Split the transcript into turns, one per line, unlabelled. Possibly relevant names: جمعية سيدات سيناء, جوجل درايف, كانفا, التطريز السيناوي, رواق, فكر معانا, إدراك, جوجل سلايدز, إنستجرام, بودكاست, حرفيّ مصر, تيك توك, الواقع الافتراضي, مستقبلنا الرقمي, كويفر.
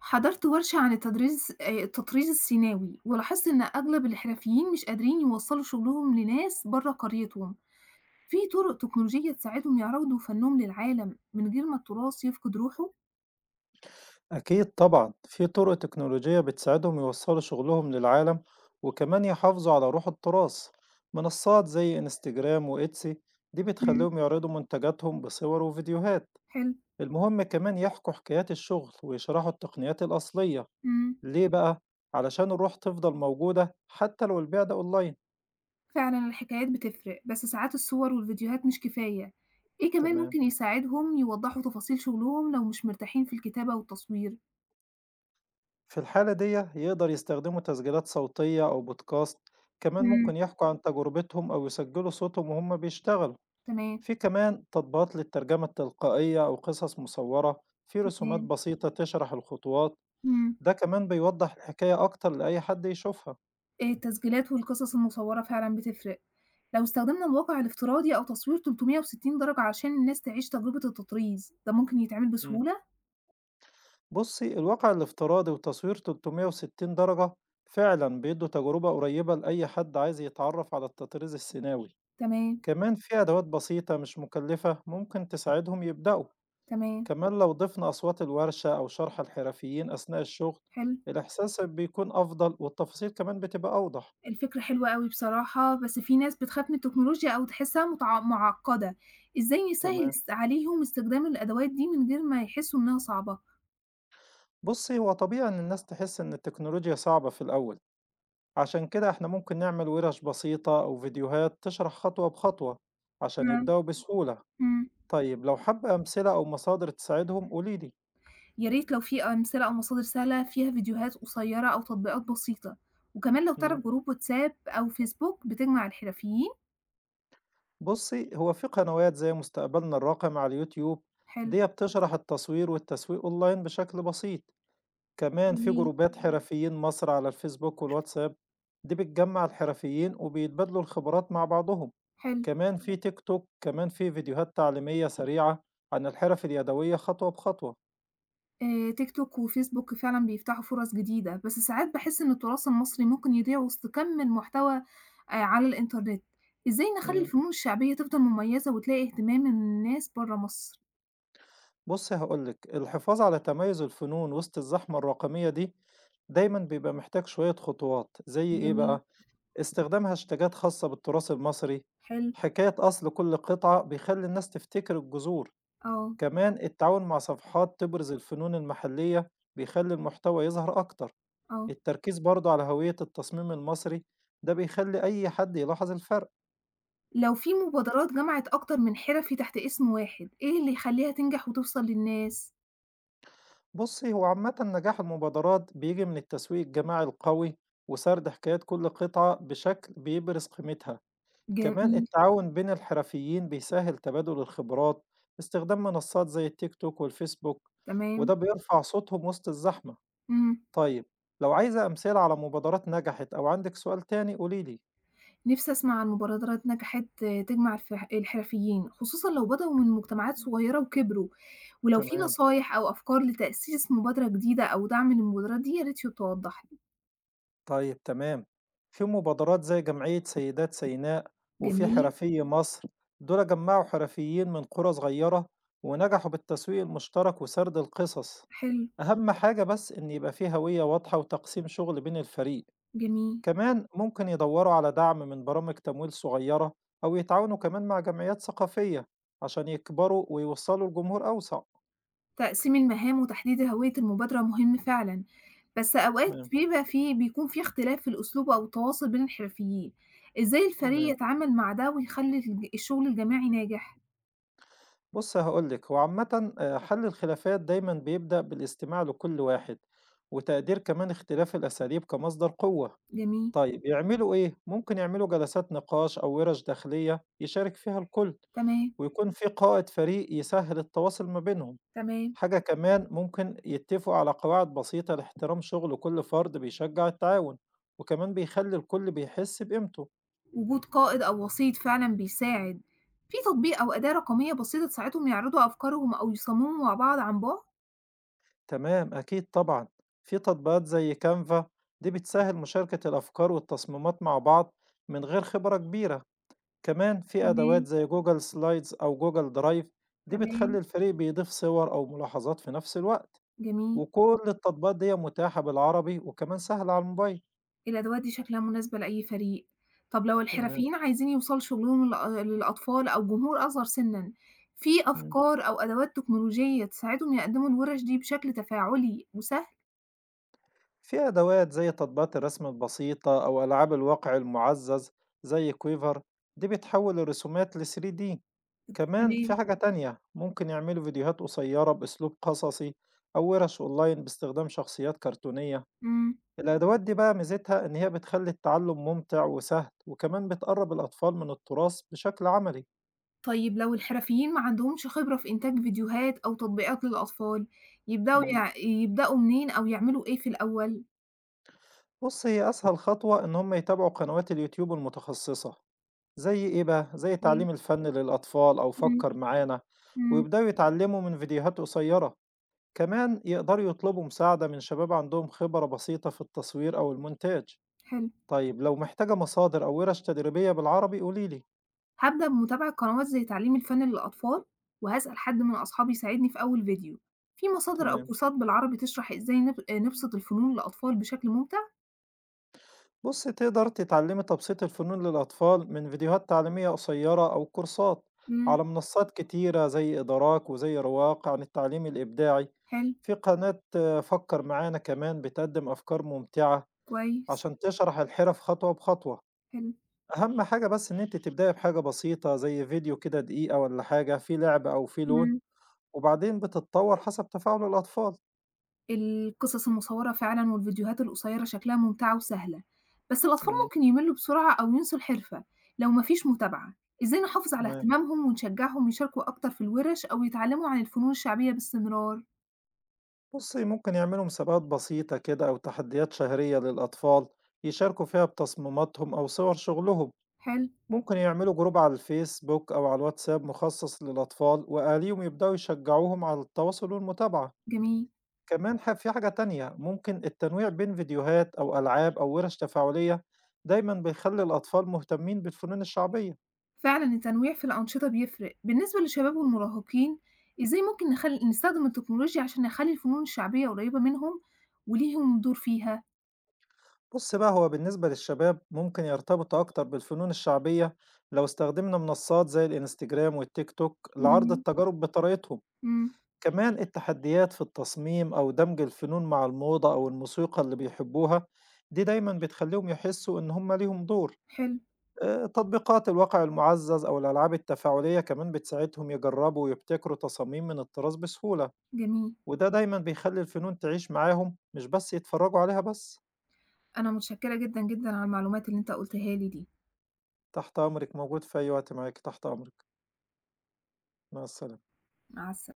حضرت ورشة عن التدريس التطريز الصيناوي، ولاحظت إن أغلب الحرفيين مش قادرين يوصّلوا شغلهم لناس برّه قريتهم، في طُرق تكنولوجية تساعدهم يعرضوا فنّهم للعالم من غير ما التراث يفقد روحه؟
أكيد طبعًا، في طرق تكنولوجية بتساعدهم يوصّلوا شغلهم للعالم، وكمان يحافظوا على روح التراث، منصات زي إنستجرام وإتسي دي
إمم.
بتخلّيهم يعرضوا منتجاتهم بصور وفيديوهات،
حلو.
المهم كمان يحكوا حكايات الشغل ويشرحوا التقنيات الأصلية،
إمم.
ليه بقى؟ علشان الروح تفضل موجودة حتى لو البيع ده أونلاين،
فعلًا الحكايات بتفرق، بس ساعات الصور والفيديوهات مش كفاية، إيه كمان
تمام،
ممكن يساعدهم يوضّحوا تفاصيل شغلهم لو مش مرتاحين في الكتابة والتصوير؟
في الحالة ديّة يقدر يستخدموا تسجيلات صوتية أو بودكاست، كمان
إمم.
ممكن يحكوا عن تجربتهم أو يسجلوا صوتهم وهُم بيشتغلوا.
تمام،
في كمان تطبيقات للترجمة التلقائية أو قصص مصورة في رسومات
تمام.
بسيطة تشرح الخطوات
إمم.
ده كمان بيوضح الحكاية أكتر لأي حد يشوفها.
التسجيلات والقصص المصوّرة فعلًا بتفرق. لو استخدمنا الواقع الافتراضي أو تصوير 360 درجة عشان الناس تعيش تجربة التطريز، ده ممكن يتعمل
مم.
بسهولة؟
بصي الواقع الافتراضي وتصوير 360 درجة فعلا بيدوا تجربة قريبة لأي حد عايز يتعرف على التطريز السيناوي،
تمام،
كمان في أدوات بسيطة مش مكلفة ممكن تساعدهم يبدأوا،
تمام.
كمان لو ضفنا أصوات الورشة أو شرح الحرفيين أثناء الشغل
حلو.
الإحساس بيكون أفضل والتفاصيل كمان بتبقى أوضح.
الفكرة حلوة أوي بصراحة، بس في ناس بتخاف من التكنولوجيا أو تحسّها معقّدة. إزاي نسهّل
تمام،
عليهم استخدام الأدوات دي من غير ما يحسّوا إنها صعبة؟
بُصّي، هو طبيعي إن الناس تحس إن التكنولوجيا صعبة في الأول، عشان كده إحنا ممكن نعمل وِرَش بسيطة أو فيديوهات تشرح خطوة بخطوة عشان
إمم.
يبدأوا بسهولة.
إمم.
طيب لو حابة أمثلة أو مصادر تساعدهم قولي لي.
يا ريت لو في أمثلة أو مصادر سهلة فيها فيديوهات قصيّرة أو تطبيقات بسيطة، وكمان لو
إمم.
تعرف جروب واتساب أو فيسبوك بتجمع الحرفيين.
بُصّي، هو في قنوات زي مستقبلنا الرقمي على اليوتيوب،
حلو.
ديّة بتشرح التصوير والتسويق أونلاين بشكل بسيط. كمان في
جميل.
جروبات حرفيين مصر على الفيسبوك والواتساب دي بتجمع الحرفيين وبيتبادلوا الخبرات مع بعضهم،
حلو.
كمان في تيك توك كمان في فيديوهات تعليمية سريعة عن الحرف اليدوية خطوة بخطوة.
تيك توك وفيسبوك فعلًا بيفتحوا فرص جديدة، بس ساعات باحس إن التراث المصري ممكن يضيع وسط كم المحتوى على الإنترنت. إزاي نخلّي
مم.
الفنون الشعبية تفضل مميزة وتلاقي اهتمام من الناس برّه مصر؟
بص هقولك الحفاظ على تميز الفنون وسط الزحمة الرقمية دي دايما بيبقى محتاج شوية خطوات زي ايه
جميل.
بقى؟ استخدام هاشتاجات خاصة بالتراث المصري،
حلو.
حكاية أصل كل قطعة بيخلي الناس تفتكر الجذور،
آه.
كمان التعاون مع صفحات تبرز الفنون المحلية بيخلي المحتوى يظهر أكتر،
آه.
التركيز برضه على هوية التصميم المصري ده بيخلي أي حد يلاحظ الفرق.
لو في مبادرات جمعت أكتر من حرفي تحت اسم واحد، إيه اللي يخلّيها تنجح وتوصل للناس؟
بصي هو عامة نجاح المبادرات بيجي من التسويق الجماعي القوي وسرد حكايات كل قطعة بشكل بيبرز قيمتها، كمان
جميل.
التعاون بين الحرفيين بيسهل تبادل الخبرات، استخدام منصات زي التيك توك والفيسبوك وده
تمام.
بيرفع صوتهم وسط الزحمة.
إمم.
طيب، لو عايزة أمثلة على مبادرات نجحت أو عندِك سؤال تاني قولي لي.
نفسي أسمع عن مبادرات نجحت تجمع الحرفيين، خصوصًا لو بدأوا من مجتمعات صغيرة وكبروا، ولو في
تمام،
نصايح أو أفكار لتأسيس مبادرة جديدة أو دعم للمبادرات دي يا ريت توضح لي.
طيب تمام. في مبادرات زي جمعية سيدات سيناء، وفي
جميل.
حرفيّ مصر، دول جمّعوا حرفيّين من قرى صغيّرة ونجحوا بالتسويق المشترك وسرد القصص.
حلو.
أهم حاجة بس إن يبقى في هوية واضحة وتقسيم شغل بين الفريق،
جميل.
كمان ممكن يدوّروا على دعم من برامج تمويل صغيّرة أو يتعاونوا كمان مع جمعيات ثقافية عشان يكبروا ويوصّلوا لجمهور أوسع.
تقسيم المهام وتحديد هوية المبادرة مهم فعلًا، بس أوقات
تمام،
بيبقى في بيكون في اختلاف في الأسلوب أو التواصل بين الحرفيين، إزاي الفريق
تمام.
يتعامل مع ده ويخلي الشغل الجماعي ناجح؟
بُص هاقول لِك، هو عامةً حل الخلافات دايمًا بيبدأ بالاستماع لكل واحد، وتقدير كمان اختلاف الأساليب كمصدر قوة،
جميل.
طيب يعملوا إيه؟ ممكن يعملوا جلسات نقاش أو وِرَش داخلية يشارك فيها الكل،
تمام،
ويكون في قائد فريق يسهّل التواصل ما بينهم،
تمام.
حاجة كمان ممكن يتفقوا على قواعد بسيطة لاحترام شغل كل فرد بيشجع التعاون، وكمان بيخلّي الكل بيحس بقيمته.
وجود قائد أو وسيط فعلًا بيساعد، في تطبيق أو أداة رقمية بسيطة تساعدهم يعرضوا أفكارهم أو يصمموا مع بعض عن بُعد؟
تمام أكيد طبعًا، في تطبيقات زي كانفا دي بتسهّل مشاركة الأفكار والتصميمات مع بعض من غير خبرة كبيرة، كمان في أدوات
تمام،
زي جوجل سلايدز أو جوجل درايف دي بتخلّي
تمام.
الفريق بيضيف صور أو ملاحظات في نفس الوقت،
جميل.
وكل التطبيقات ديّة متاحة بالعربي وكمان سهلة على الموبايل.
الأدوات دي شكلها مناسبة لأي فريق. طب لو
تمام،
الحرفيين عايزين يوصلوا شغلهم للأطفال أو جمهور أصغر سنًا، في
إمم،
أفكار أو أدوات تكنولوجية تساعدهم يقدموا الورش دي بشكل تفاعلي وسهل؟
في أدوات زي تطبيقات الرسم البسيطة أو ألعاب الواقع المُعزّز زي كويفر دي بتحوّل الرسومات ل3D. كمان في
تمام.
حاجة تانية ممكن يعملوا فيديوهات قصيرة بأسلوب قصصي أو ورش أونلاين باستخدام شخصيات كرتونية،
إمم.
الأدوات دي بقى ميزتها إن هي بتخلي التعلم ممتع وسهل وكمان بتقرب الأطفال من التراث بشكل عملي.
طيب لو الحرفيين ما عندهمش خبرة في إنتاج فيديوهات أو تطبيقات للأطفال، يبدأوا
مم.
يع يبدأوا منين أو يعملوا إيه في الأول؟
بص هي أسهل خطوة إن هم يتابعوا قنوات اليوتيوب المتخصصة، زي إيه بقى؟ زي
إيه؟
تعليم الفن للأطفال أو
إمم.
فكر معانا،
إمم.
ويبدأوا يتعلموا من فيديوهات قصيرة، كمان يقدروا يطلبوا مساعدة من شباب عندهم خبرة بسيطة في التصوير أو المونتاج.
حلو.
طيب لو محتاجة مصادر أو ورش تدريبية بالعربي قولي لي.
هابدأ بمتابعة قنوات زي تعليم الفن للأطفال، وهاسأل حد من أصحابي يساعدني في أول فيديو. في مصادر أو
تمام،
كورسات بالعربي تشرح إزاي نبسط الفنون للأطفال بشكل ممتع؟
بصي تقدر تتعلمي تبسيط الفنون للأطفال من فيديوهات تعليمية قصيرة أو كورسات
إمم.
على منصات كتيرة زي إدراك وزي رواق عن التعليم الإبداعي،
حلو.
في قناة فكر معانا كمان بتقدم أفكار ممتعة
كويس.
عشان تشرح الحرف خطوة بخطوة.
حلو.
أهم حاجة بس إن أنت تبدأي بحاجة بسيطة زي فيديو كده دقيقة ولا حاجة فيه لعب أو فيه لون،
إمم.
وبعدين بتتطور حسب تفاعل الأطفال.
القصص المصورة فعلًا والفيديوهات القصيرة شكلها ممتعة وسهلة، بس الأطفال
مم.
ممكن يملّوا بسرعة أو ينسوا الحرفة لو ما فيش متابعة، إزاي نحافظ على
تمام،
اهتمامهم ونشجعهم يشاركوا أكتر في الوِرَش أو يتعلموا عن الفنون الشعبية باستمرار؟
بُصّي، ممكن يعملوا مسابقات بسيطة كده أو تحديات شهرية للأطفال يشاركوا فيها بتصميماتهم أو صور شغلهم،
حلو.
ممكن يعملوا جروب على الفيسبوك أو على الواتساب مخصص للأطفال وأهاليهم يبدأوا يشجعوهم على التواصل والمتابعة،
جميل.
كمان ح في حاجة تانية ممكن التنويع بين فيديوهات أو ألعاب أو وِرش تفاعلية دايمًا بيخلّي الأطفال مهتمين بالفنون الشعبية.
فعلًا التنويع في الأنشطة بيفرق، بالنسبة للشباب والمراهقين إزاي ممكن نستخدم التكنولوجيا عشان نخلّي الفنون الشعبية قريبة منهم وليهم دور فيها؟
بُص بقى، هو بالنسبة للشباب ممكن يرتبطوا أكتر بالفنون الشعبية لو استخدمنا منصات زي الإنستجرام والTikTok لعرض
إمم.
التجارب بطريقتهم،
إمم.
كمان التحديات في التصميم أو دمج الفنون مع الموضة أو الموسيقى اللي بيحبوها، دي دايمًا بتخليهم يحسوا إن هم ليهم دور،
حلو.
تطبيقات الواقع المُعزز أو الألعاب التفاعلية كمان بتساعدهم يجربوا ويبتكروا تصاميم من الطراز بسهولة،
جميل.
وده دايمًا بيخلي الفنون تعيش معاهم مش بس يتفرجوا عليها بس.
أنا متشكرة جدًا، جدًا على المعلومات اللي أنت قُلتها لي دي.
تحت أمرِك، موجود في أي وقت معاكِ، تحت أمرِك، مع السلامة.
مع السلامة